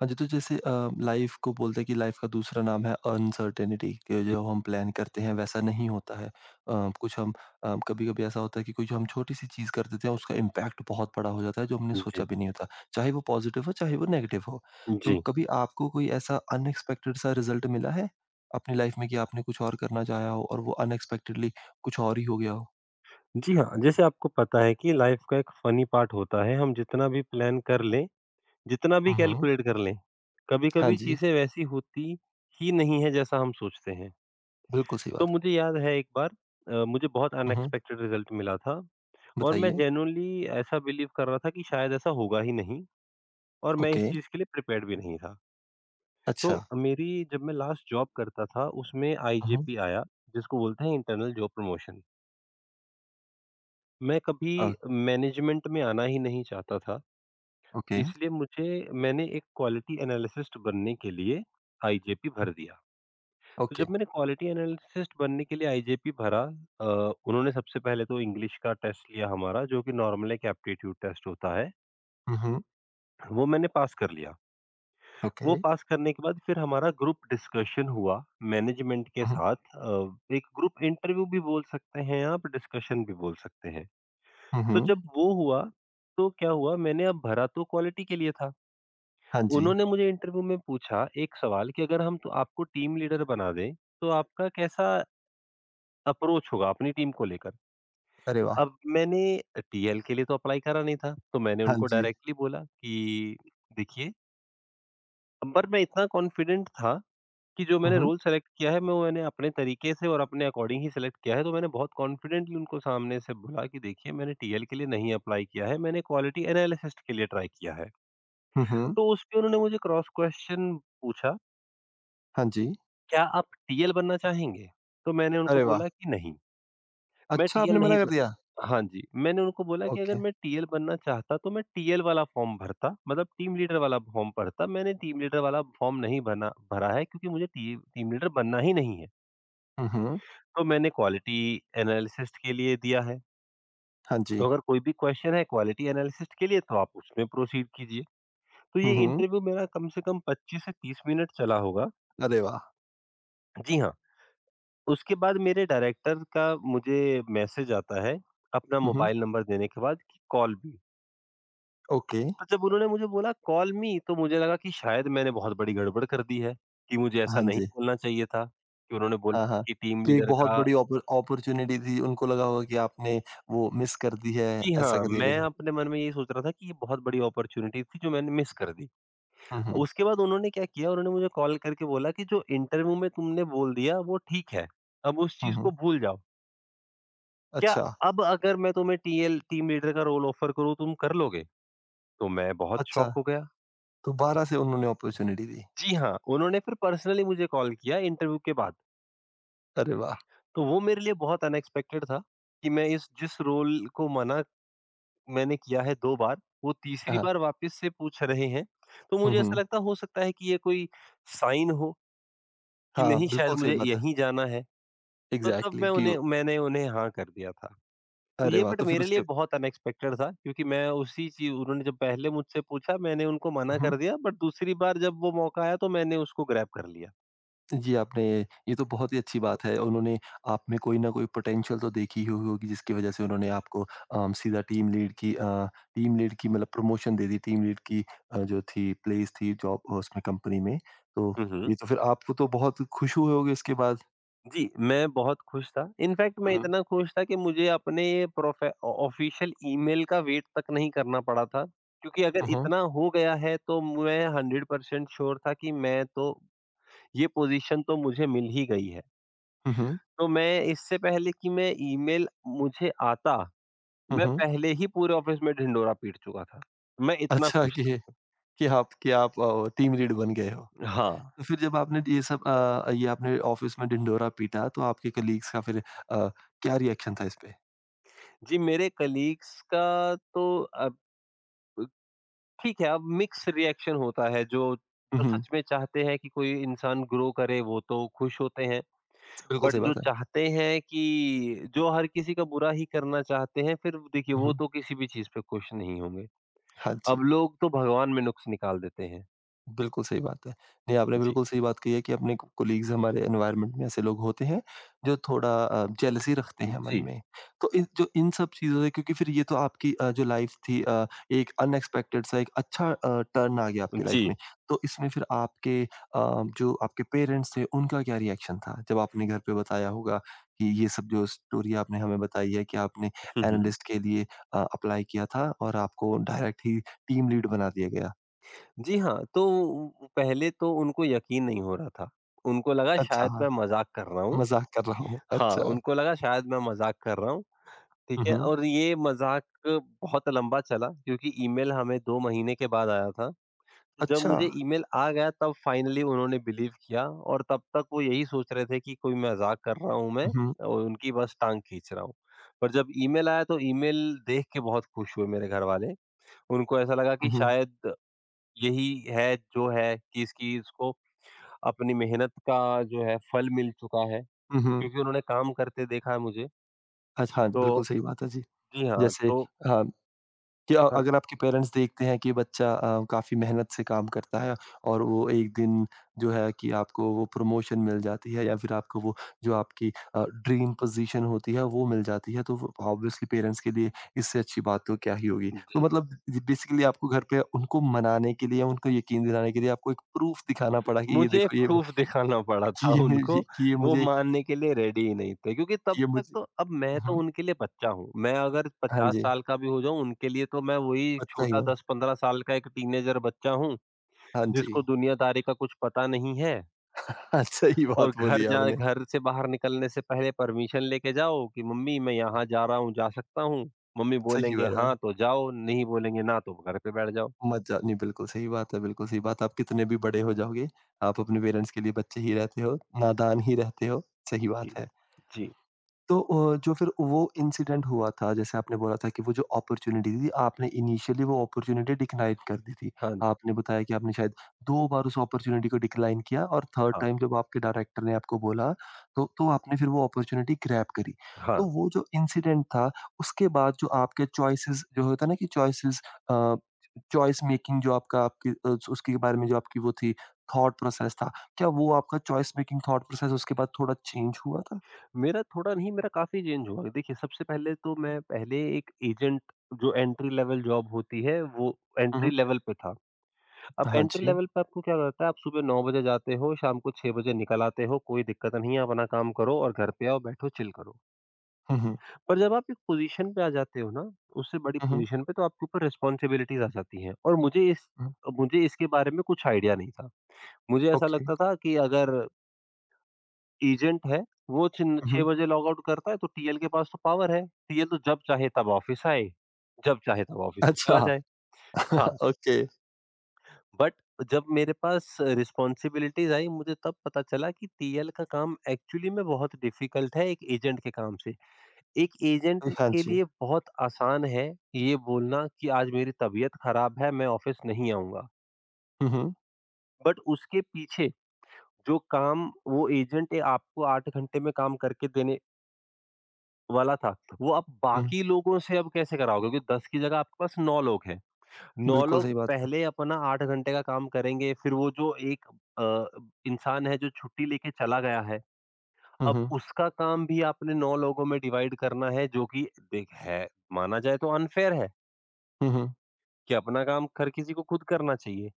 हाँ जी, तो जैसे लाइफ को बोलते हैं कि लाइफ का दूसरा नाम है अनसर्टेनिटी कि जो हम प्लान करते हैं वैसा नहीं होता है। कभी-कभी ऐसा होता है कि कुछ हम छोटी-सी चीज़ कर देते हैं उसका इम्पैक्ट बहुत बड़ा हो जाता है जो हमने सोचा जी, भी नहीं होता। चाहे वो पॉज़िटिव हो चाहे वो नेगेटिव हो। तो जी। कभी आपको कोई ऐसा अनएक्सपेक्टेड सा रिज़ल्ट मिला है अपनी लाइफ में कि आपने कुछ और करना चाहा हो और वो अनएक्सपेक्टेडली कुछ और ही हो गया हो? जी हाँ, जैसे आपको पता है कि लाइफ़ का एक फ़नी पार्ट होता है, हम जितना भी प्लान कर लें, जितना भी हुँ, हुँ। कैलकुलेट कर लें, हाँ कभी-कभी जी, चीज़ें वैसी होती ही नहीं है जैसा हम सोचते हैं। बिल्कुल सही तो बात है। मुझे याद है एक बार मुझे बहुत हुँ, हुँ। अनएक्सपेक्टेड रिज़ल्ट मिला था, और मैं बताइए। जेन्युइनली ऐसा बिलीव कर रहा था कि शायद ऐसा होगा ही नहीं, और मैं इस ओके, चीज़ के लिए प्रिपेयर्ड भी नहीं था। तो अच्छा। मेरी जब मैं लास्ट जॉब करता था उसमें हुँ, हुँ। आईजेपी आया, जिसको बोलते हैं इंटरनल जॉब प्रमोशन। मैं कभी अ, मैनेजमेंट में आना ही नहीं चाहता था, ओके, इसलिए मुझे मैंने एक क्वालिटी एनालिसिस्ट बनने के लिए आईजेपी भर दिया। तो ओके। जब मैंने क्वालिटी एनालिसिस्ट बनने के लिए आईजेपी भरा, उन्होंने सबसे पहले तो इंग्लिश का टेस्ट लिया हमारा, जो कि नॉर्मल एक एप्टीट्यूड टेस्ट होता है, हुँ, हुँ, वो मैंने पास कर लिया। ओके। वो पास करने के बाद फिर हमारा ग्रुप डिस्कशन हुआ मैनेजमेंट के हुँ, साथ, एक ग्रुप इंटरव्यू भी बोल सकते हैं आप, डिस्कशन भी बोल सकते हैं। हुँ, तो हुँ, जब वो हुआ, तो क्या हुआ, मैंने अब भरा तो क्वालिटी के लिए था। हाँ जी। उन्होंने मुझे इंटरव्यू में पूछा एक सवाल कि अगर हम तो आपको टीम लीडर बना दें, तो आपका कैसा अप्रोच होगा अपनी टीम को लेकर? अरे वाह! अब मैंने टीएल के लिए तो अप्लाई करा नहीं था, तो मैंने हाँ उनको जी। डायरेक्टली बोला कि देखिए, पर मैं इतना कॉन्फिडेंट था कि जो हुँ, मैंने हुँ, रोल सेलेक्ट किया है, मैं वो मैंने अपने तरीके से और अपने अकॉर्डिंग ही सेलेक्ट किया है, तो मैंने बहुत कॉन्फिडेंटली उनको सामने से बोला कि देखिए, मैंने टीएल के लिए नहीं अप्लाई किया है, मैंने क्वालिटी एनालिसिस्ट के लिए ट्राई किया है। हुँ, हुँ, तो उसपे उन्होंने मुझे क्रॉस क्वेश्चन पूछा, हाँ जी। "क्या आप टीएल बनना चाहेंगे?" तो मैंने उनको अरे वाह! बोला कि नहीं, मैं अच्छा टीएल आपने नहीं मना कर बन। दिया? हाँ जी, मैंने उनको बोला कि अगर ओके। मैं टीएल बनना चाहता तो मैं टीएल वाला फॉर्म भरता, मतलब टीम लीडर वाला फॉर्म भरता। मैंने टीम लीडर वाला फॉर्म नहीं बना भरा है, क्योंकि मुझे टी टीम लीडर बनना ही नहीं है। हुँ, हुँ, तो मैंने क्वालिटी एनालिसिस्ट के लिए दिया है, हाँ जी। तो अगर कोई भी क्वेश्चन है क्वालिटी एनालिसिस्ट के लिए, तो आप उसमें प्रोसीड कीजिए। तो ये हुँ, हुँ, इंटरव्यू मेरा कम से कम 25 से 30 मिनट चला होगा। अरे वाह! जी हाँ। उसके बाद मेरे डायरेक्टर का मुझे मैसेज आता है, अपना हुँ, हुँ, मोबाइल नंबर देने के बाद, कि कॉल मी। ओके, तो जब उन्होंने मुझे बोला कॉल मी, तो मुझे लगा कि शायद मैंने बहुत बड़ी गड़बड़ कर दी है, कि मुझे ऐसा हाँ नहीं जी। बोलना चाहिए था, कि उन्होंने हाँ, बोला था हाँ, कि टीम कि एक लीडर बहुत का। बड़ी ऑपर्च्युनिटी थी, उनको लगा होगा कि आपने वो मिस कर दी है, जी ऐसा हाँ, करके मैं कुछ। अपने मन में यही सोच रहा था कि ये बहुत बड़ी अपॉर्च्युनिटी थी जो मैंने मिस कर दी। हुँ, हुँ, उसके बाद उन्होंने क्या किया, उन्होंने मुझे कॉल करके बोला कि जो इंटरव्यू में तुमने बोल दिया वो ठीक है, अब उस हुँ, चीज़ हुँ, को भूल जाओ। क्या अच्छा, अब अगर मैं तुम्हें टीएल टीम लीडर का रोल ऑफर करूँ, तुम कर लोगे? तो मैं बहुत अच्छा, शॉक हो गया। दोबारा से उन्होंने ऑपर्च्युनिटी दी। जी हाँ, उन्होंने फिर पर्सनली मुझे कॉल किया इंटरव्यू के बाद। अरे वाह! तो वो मेरे लिए बहुत अनएक्सपेक्टेड था कि मैं, इस जिस रोल को मना मैंने किया है 2 बार, वो तीसरी हाँ, बार वापस से पूछ रहे हैं। तो हुँ, मुझे ऐसा हुँ, लगता हो सकता है कि ये कोई साइन हो, कि हाँ, नहीं, शायद बिल्कुल सही मुझे बात है। यहीं जाना है। तो तब मैं एग्ज़ैक्टली कि उन्हें मैंने उन्हें हाँ कर दिया था। तो अरे ये वाह! बट तो फिर मेरे लिए उसके बहुत अनएक्सपेक्टेड था, क्योंकि मैं उसी चीज़, उन्होंने जब पहले मुझसे पूछा मैंने उनको मना हुँ। कर दिया, बट दूसरी बार जब वो मौका आया तो मैंने उसको ग्रैब कर लिया। जी, आपने ये तो बहुत ही अच्छी बात है। उन्होंने आप में कोई न कोई पोटेंशियल तो देखी ही होगी जिसकी वज़ह से उन्होंने आपको सीधा टीम लीड की मतलब प्रमोशन दे दी। टीम लीड की जो थी प्लेस थी जॉब उसमें कंपनी में। तो हुँ, हुँ। ये तो फिर आपको तो बहुत खुश हुए होगे इसके बाद? जी, मैं बहुत खुश था। इनफैक्ट मैं हुँ, इतना खुश था कि मुझे अपने प्रोफे ऑ ऑफ़िशियल ईमेल का वेट तक नहीं करना पड़ा था, क्योंकि हुँ, अगर हुँ, इतना हो गया है तो मैं 100% श्योर था कि मैं तो ये पोज़ीशन तो मुझे मिल ही गई है। हुँ, हुँ, तो मैं, इससे पहले कि मैं ईमेल मुझे आता, हुँ, मैं हुँ। पहले ही पूरे ऑफ़िस में ढिंढोरा पीट चुका था। मैं इतना अच्छा खुश कि था। कि आप कि आप अ, टीम लीड बन गए हो। हाँ, तो फिर जब आपने ये सब अ, ये आपने ऑफ़िस में ढिंढोरा पीटा तो आपके कलीग्स का फिर अ, क्या रिएक्शन था इस पे? जी मेरे कलीग्स का तो, अब ठीक है, अब मिक्स रिएक्शन होता है, जो हुँ, जो हुँ। सच में चाहते हैं कि कोई इंसान ग्रो करे वो तो खुश होते हैं। बिल्कुल बट सही जो बात है। चाहते हैं कि, जो हर किसी का बुरा ही करना चाहते हैं, फिर देखिए वो हुँ, तो किसी भी चीज़ पे खुश नहीं होंगे। हाँ जी, अब लोग तो भगवान में नुक्स निकाल देते हैं। बिल्कुल सही बात है। नहीं, आपने जी। बिल्कुल सही बात कही है कि अपने को कोलीग्स हमारे एनवायरनमेंट में ऐसे लोग होते हैं, जो थोड़ा जेलसी रखते हैं मन जी, में। तो इन जो इन सब चीज़ों से क्योंकि फिर ये तो आपकी जो लाइफ़ थी एक अनएक्सपेक्टेड सा एक अच्छा टर्न आ गया आपकी जी। लाइफ़ में। तो इसमें फिर आपके जो आपके पेरेंट्स थे, उनका क्या रिएक्शन था? जब आपने घर पे बताया होगा कि ये सब जो स्टोरी आपने हमें बताई है कि आपने हुँ, हुँ। एनालिस्ट के लिए अप्लाई किया था और आपको डायरेक्ट ही टीम लीड बना दिया गया। जी हाँ, तो उ पहले तो उनको यकीन नहीं हो रहा था। उनको लगा अच्छा, शायद हाँ, मैं मज़ाक कर रहा हूँ। मज़ाक कर रहा हूँ। हाँ, अच्छा। उनको लगा शायद मैं मज़ाक कर रहा हूँ। ठीक हुँ, है, हुँ। और ये मज़ाक बहुत लंबा चला क्योंकि ईमेल हमें 2 महीने के बाद आया था। तो जब अच्छा। मुझे ईमेल आ गया तब फाइनली उन्होंने बिलीव किया, और तब तक वो यही सोच रहे थे कि कोई मज़ाक कर रहा हूँ मैं उहुँ, और उनकी बस टाँग खींच रहा हूँ। पर जब ईमेल आया तो ईमेल देख के बहुत खुश हुए मेरे घरवाले। उनको ऐसा लगा कि उहुँ, शायद यही है, जो है कि इसकी इसको अपनी मेहनत का जो है फल मिल चुका है, उहुँ। क्योंकि उन्होंने काम करते देखा है मुझे। अच्छा, हाँ, बिल्कुल तो सही बात है जी। जी हाँ, जैसे तो हाँ, कि हाँ अगर आपके पेरेंट्स देखते हैं कि बच्चा काफ़ी मेहनत से काम करता है और वो एक दिन जो है कि आपको वो प्रमोशन मिल जाती है या फिर आपको वो जो आपकी ड्रीम पोज़ीशन होती है वो मिल जाती है, तो वो ऑब्वियसली पेरेंट्स के लिए इससे अच्छी बात तो क्या ही होगी। तो जी। मतलब ज बेसिकली आपको घर पे उनको मनाने के लिए, उनको यकीन दिलाने के लिए आपको एक प्रूफ़ दिखाना पड़ा कि ये मुझे देखो ये प्रूफ़ दिखाना पड़ा था कि ये उनको, मेरी वो मानने के लिए रेडी ही नहीं थे, क्योंकि कि तब ये तक मुझे तो, अब मैं तो हुँ। उनके लिए बच्चा हूँ। मैं अगर हाँ 50 जी, साल का भी हो जाऊँ, उनके लिए तो मैं वही बच्चा ही छोटा हूँ। 10-15 साल का एक टीनेजर बच्चा हूँ, हाँ जी। जिसको दुनियादारी का कुछ पता नहीं है, हाँ, सही और बात बोली आपने। घर से बाहर निकलने से पहले परमिशन लेके जाओ कि मम्मी मैं यहाँ जा रहा हूँ, जा सकता हूँ? मम्मी सही बोलेंगे बात हाँ, है। तो जाओ, नहीं बोलेंगे ना तो घर पे बैठ जाओ। मत जाओ नहीं, बिल्कुल सही बात है, बिल्कुल सही बात है। आप कितने भी बड़े हो जाओगे, आप अपने पेरेंट्स के लिए बच्चे ही रहते हो, नादान ही रहते हो। सही जी, बात है। जी। तो जो फिर वो इंसिडेंट हुआ था, जैसे आपने बोला था कि वो जो अपॉर्च्युनिटी थी, आपने इनिशियली वो अपॉर्च्युनिटी डिक्लाइन कर दी थी। हाँ, आपने बताया कि आपने शायद 2 बार उस अपॉर्च्युनिटी को डिक्लाइन किया और थर्ड हाँ, टाइम जब आपके डायरेक्टर ने आपको बोला, तो आपने फिर वो अपॉर्च्युनिटी ग्रैब करी। तो हाँ। वो जो इंसिडेंट था, उसके बाद जो आपके चॉइसेस जो होता है ना कि चॉइसेस अ, चॉइस मेकिंग जो आपका आपकी उसके बारे में जो आपकी वो थी, थॉट प्रोसेस था, क्या वो आपका चॉइस मेकिंग थॉट प्रोसेस उसके बाद थोड़ा चेंज हुआ था? मेरा थोड़ा नहीं, मेरा काफ़ी चेंज हुआ। देखिए, सबसे पहले तो मैं पहले एक एजेंट, जो एंट्री लेवल जॉब होती है, वो हुँ, एंट्री हुँ। लेवल पे था। अब हाँ एंट्री जी। लेवल पे आपको क्या रहता है, आप सुबह 9 बजे जाते हो, शाम को 6 बजे निकल आते हो, कोई दिक्कत नहीं है, आप अपना काम करो और घर पे आओ, बैठो, चिल करो। हुँ, हुँ। पर जब आप एक पोज़ीशन पे आ जाते हो ना, उससे बड़ी हुँ, हुँ, पोज़ीशन पे, तो आपके ऊपर रिस्पॉन्सिबिलिटीज़ आ जाती हैं, और हुँ। मुझे इसके बारे में कुछ आइडिया नहीं था। मुझे ऐसा ओके। लगता था कि अगर एजेंट है, वो छिन हुँ, 6 हुँ। बजे लॉगआउट करता है, तो टीएल के पास तो पावर है। टीएल तो जब चाहे तब ऑफिस आए, जब चाहे तब ऑफिस से अच्छा चला जाए। हाँ, ओके। बट जब मेरे पास रिस्पॉन्सिबिलिटीज़ आई, मुझे तब पता चला कि टीएल का काम एक्चुअली में बहुत डिफिकल्ट है एक एजेंट के काम से। एक एजेंट हाँ के जी। लिए बहुत आसान है ये बोलना कि आज मेरी तबीयत खराब है, मैं ऑफिस नहीं आऊँगा। हुँ, हुँ, बट उसके पीछे जो काम वो एजेंट आपको 8 घंटे में काम करके देने वाला था, वो आप हुँ। बाकी लोगों से अब कैसे कराओगे? क्योंकि 10 की जगह आपके पास 9 लोग हैं। 9 बिल्कुल लोग सही बात है। पहले अपना 8 घंटे का काम करेंगे, फिर वो जो एक अ, इंसान है जो छुट्टी लेके चला गया है, हुँ, अब हुँ, उसका काम भी आपने 9 लोगों में डिवाइड करना है, जो कि देख है, माना जाए तो अनफेयर है हुँ, हुँ। कि अपना काम हर किसी को खुद करना चाहिए।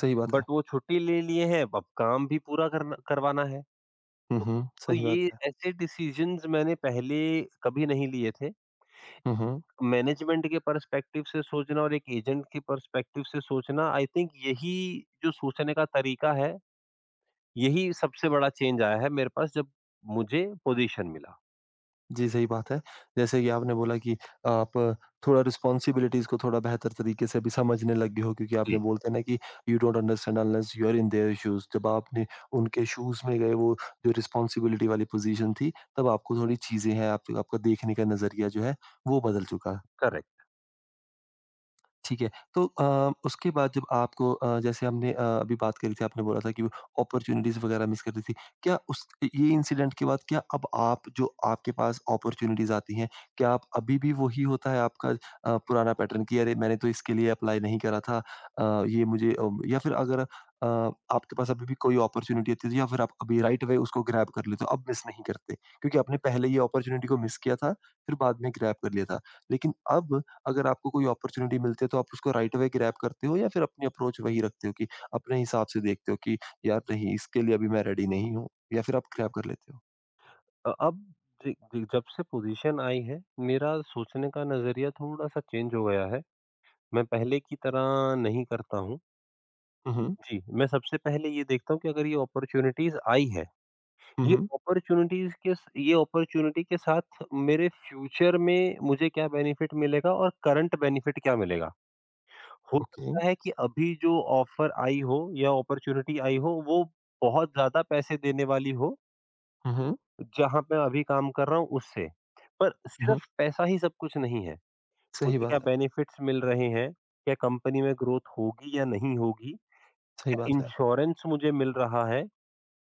सही बात है। बट वो छुट्टी ले लिए हैं, अब काम भी पूरा करना करवाना है। हुँ, तो हुँ, तो सही बात ये है। ऐसे डिसीज़न्स मैंने पहले कभी नहीं लिए थे। हुँ, हुँ। मैनेजमेंट के पर्सपेक्टिव से सोचना और एक एजेंट के पर्सपेक्टिव से सोचना, आई थिंक यही जो सोचने का तरीका है, यही सबसे बड़ा चेंज आया है मेरे पास जब मुझे पोजीशन मिला। जी, सही बात है। जैसे कि आपने बोला कि आप थोड़ा रिस्पॉन्सिबिलिटीज़ को थोड़ा बेहतर तरीके से अभी समझने लग गए हो क्योंकि आपने जी। बोलते हैं ना कि you don't understand unless you are in their shoes जब आपने उनके शूज़ में गए वो जो रिस्पॉन्सिबिलिटी वाली पोज़ीशन थी, तब आपको थोड़ी चीज़ें हैं, आप आपका देखने का नज़रिया जो है वो बदल चुका है। करेक्ट। ठीक है। तो उसके बाद जब आपको जैसे हमने अभी बात करी थी आपने बोला था कि वो अपॉर्च्युनिटीज़ वगैरह मिस कर रही थी। क्या उस ये इंसिडेंट के बाद क्या अब आप जो आपके पास अपॉर्च्युनिटीज़ आती हैं, क्या आप अभी भी वही होता है आपका पुराना पैटर्न कि अरे मैंने तो इसके लिए अप्लाई नहीं करा था या फिर अगर अ, आपके पास अभी भी कोई अपॉर्च्युनिटी आती है या फिर आप अभी राइट अवे उसको ग्रैब कर लेते हो, अब मिस नहीं करते? क्योंकि आपने पहले ये अपॉर्च्युनिटी को मिस किया था, फिर बाद में ग्रैब कर लिया था। लेकिन अब अगर आपको कोई अपॉर्च्युनिटी मिलती है तो आप उसको राइट अवे ग्रैब करते हो या फिर अपनी अप्रोच वही रखते हो कि अपने हिसाब से देखते हो कि यार नहीं इसके लिए अभी मैं रेडी नहीं हूँ या फिर आप ग्रैब कर लेते हो? अब ज ज जब से पोजीशन आई है, मेरा सोचने का नज़रिया थोड़ा-सा चेंज हो गया है। मैं पहले की तरह नहीं करता हूँ। हुँ, हुँ, जी, मैं सबसे पहले ये देखता हूँ कि अगर ये अपॉर्च्युनिटीज़ आई है, हुँ, हुँ, ये अपॉर्च्युनिटी के साथ मेरे फ्यूचर में मुझे क्या बेनिफिट मिलेगा और करंट बेनिफिट क्या मिलेगा? हो ओके, सकता है कि अभी जो ऑफ़र आई हो या अपॉर्च्युनिटी आई हो, वो बहुत ज़्यादा पैसे देने वाली हो, हुँ, हुँ, जहाँ पे मैं अभी काम कर रहा हूँ उससे। पर हुँ, सिर्फ़ पैसा ही सब कुछ नहीं है। सही मुझे क्या बात है, बेनिफिट्स मिल रहे हैं? क्या कंपनी में ग्रोथ होगी या नहीं होगी? सही क्या बात है। इंश्योरेंस मुझे मिल रहा है?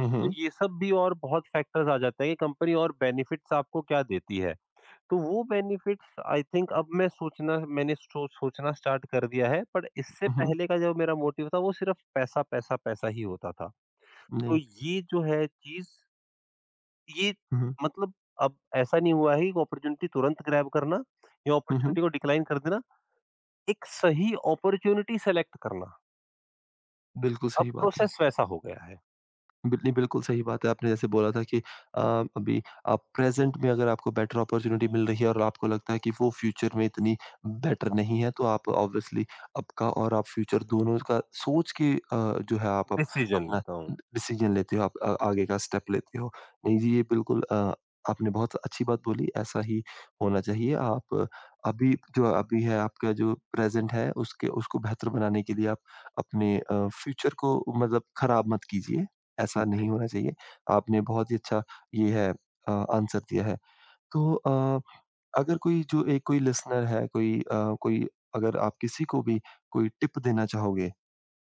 हुँ, तो हुँ, ये सब भी और बहुत फैक्टर्स आ जाते हैं कि कंपनी और बेनिफिट्स आपको क्या देती है। तो वो बेनिफिट्स आई थिंक अब मैंने सोचना स्टार्ट कर दिया है, बट इससे हुँ, हुँ, पहले का जो मेरा मोटिव था वो सिर्फ़ पैसा, पैसा, पैसा ही होता था। तो नहीं, ये जो है चीज़, ये हुँ, हुँ, मतलब, अब ऐसा नहीं हुआ है कि अपॉर्च्युनिटी तुरंत ग्रैब करना या हुँ, हुँ, अपॉर्च्युनिटी को डिक्लाइन कर देना, एक सही अपॉर्च्युनिटी सेलेक्ट करना। बिल्कुल अब सही बात है। प्रोसेस वैसा हो गया है, बिल्कुल, नहीं, बिल्कुल सही बात है। आपने जैसे बोला था कि अभी प्रेज़ेंट में अगर आपको बेटर अपॉर्च्युनिटी मिल रही है और आपको लगता है कि वो फ्यूचर में इतनी बेटर नहीं है, तो आप ऑब्वियसली आपका और आप फ्यूचर दोनों का सोच के जो है आप अप डिसीजन अपना लेता हूँ। ड डिसीज़न लेते हो, आप आगे का स्टेप लेते हो। नहीं जी, ये बिल्कुल आपने बहुत अच्छी बात बोली, ऐसा ही होना चाहिए। आप अभी जो अभी है, आपका जो प्रेज़ेंट है उसके उसको बेहतर बनाने के लिए आप अपने फ्यूचर को मतलब खराब मत कीजिए। ऐसा जी। नहीं होना चाहिए। आपने बहुत ही अच्छा ये है आंसर दिया है। तो अगर कोई जो एक कोई लिसनर है, कोई कोई अगर आप किसी को भी कोई टिप देना चाहोगे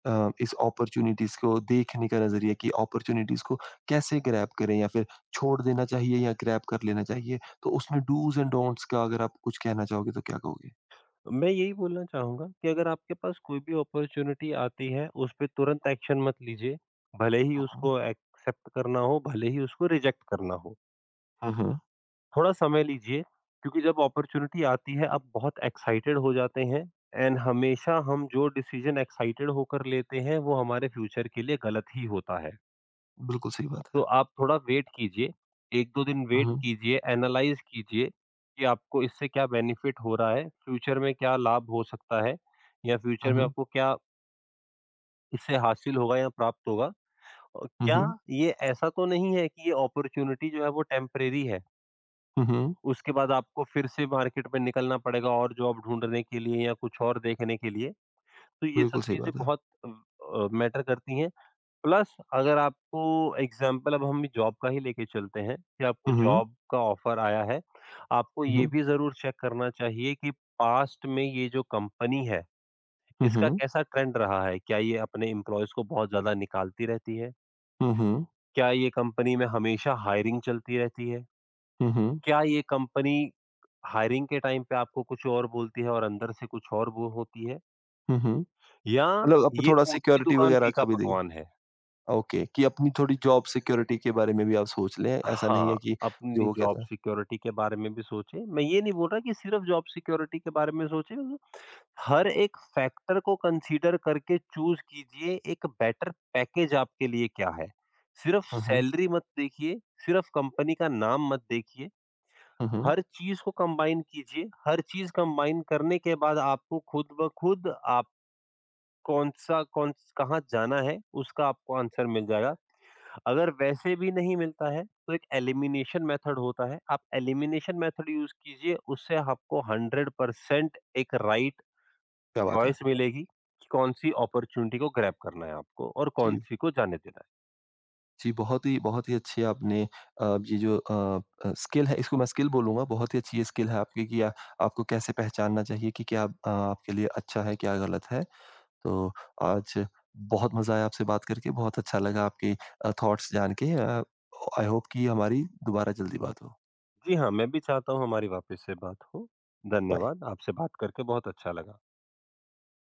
इस अपॉर्च्युनिटीज़ को देखने का नज़रिया कि अपॉर्च्युनिटीज़ को कैसे ग्रैब करें या फिर छोड़ देना चाहिए या ग्रैब कर लेना चाहिए? तो उसमें डूज़ एंड डोंट्स का अगर आप कुछ कहना चाहोगे तो क्या कहोगे? मैं यही बोलना चाहूँगा कि अगर आपके पास कोई भी अपॉर्च्युनिटी आती है, उस पे तुरंत एक्शन मत लीजिए। भले ही हुँ, हुँ। उसको एक्सेप्ट करना हो, भले ही उसको रिजेक्ट करना हो। हुँ, हुँ। थोड़ा समय लीजिए, क्योंकि जब अपॉर्च्युनिटी आती है आप बहुत एक्साइटेड हो जाते हैं, एंड हमेशा हम जो डिसीज़न एक्साइटेड होकर लेते हैं, वो हमारे फ्यूचर के लिए गलत ही होता है। बिल्कुल सही बात तो है। आप थोड़ा वेट कीजिए, 1-2 दिन हुँ, वेट हुँ। कीजिए, एनालाइज़ कीजिए कि आपको इससे क्या बेनिफिट हो रहा है, फ्यूचर में क्या लाभ हो सकता है, या फ्यूचर हुँ, में हुँ। आपको क्या इससे हासिल होगा या प्राप्त होगा, और हुँ, क्या हुँ। ये ऐसा तो नहीं है कि ये अपॉर्च्युनिटी जो है वो टेम्परेरी है, हुँ, हुँ। उसके बाद आपको फिर से मार्केट में निकलना पड़ेगा और जॉब ढूँढने के लिए या कुछ और देखने के लिए। तो ये बिल्कुल सब सही चीज़ें बात है। बहुत अ मैटर करती हैं। प्लस, अगर आपको एग्ज़ाम्पल अब हम जॉब का ही लेके चलते हैं, कि आपको हुँ, हुँ। जॉब का ऑफ़र आया है, आपको हुँ, ये हुँ। भी ज़रूर चेक करना चाहिए कि पास्ट में ये जो कंपनी है, हुँ, इसका हुँ। कैसा ट्रेंड रहा है? क्या ये अपने एम्प्लॉइज़ को बहुत ज़्यादा निकालती रहती है? हुँ, हुँ। क्या ये कंपनी में हमेशा हायरिंग चलती रहती है? हुँ, हुँ। क्या ये कंपनी हायरिंग के टाइम पे आपको कुछ और बोलती है और अंदर से कुछ और वो होती है? हुँ, हुँ। या मतलब अब ये थोड़ा ऊँची सिक्योरिटी दुकान वग़ैरह फीका का भी दें पकवान है? ओके, कि अपनी थोड़ी जॉब सिक्योरिटी के बारे में भी आप सोच लें, ऐसा नहीं हाँ, है कि जो अपनी वो जॉब कहता है सिक्योरिटी के बारे में भी सोचें। मैं ये नहीं बोल रहा कि सिर्फ़ जॉब सिक्योरिटी के बारे में सोचें, मतलब हर एक फैक्टर को कंसीडर करके चूज़ कीजिए एक बेटर पैकेज आपके लिए क्या है। सिर्फ़ हुँ, हुँ। सैलरी मत देखिए, सिर्फ़ कंपनी का नाम मत देखिए, हुँ, हुँ। हर चीज़ को कंबाइन कीजिए। हर चीज़ कंबाइन करने के बाद आपको खुद ब खुद आप कौन कहाँ जाना है, उसका आपको आंसर मिल जाएगा। अगर वैसे भी नहीं मिलता है, तो एक एलिमिनेशन मेथड होता है, आप एलिमिनेशन मेथड यूज कीजिए, उससे आपको 100% एक राइट क्या बात है। चॉइस मिलेगी कि कौन सी अपॉर्चुनिटी को ग्रैब करना है आपको और कौन जी। सी को जाने देना है। जी, बहुत ही अच्छी आपने ये जो स्किल है इसको मैं स्किल बोलूँगा, बहुत ही अच्छी ये स्किल है आपकी कि आपको कैसे पहचानना चाहिए कि क्या आपके लिए अच्छा है, क्या गलत है। तो आज बहुत मज़ा आया आपसे बात करके, बहुत अच्छा लगा आपके थॉट्स जान के। आई होप कि हमारी दोबारा जल्दी बात हो। जी हाँ, मैं भी चाहता हूँ हमारी वापस से बात हो। बाय। धन्यवाद, आपसे बात करके बहुत अच्छा लगा।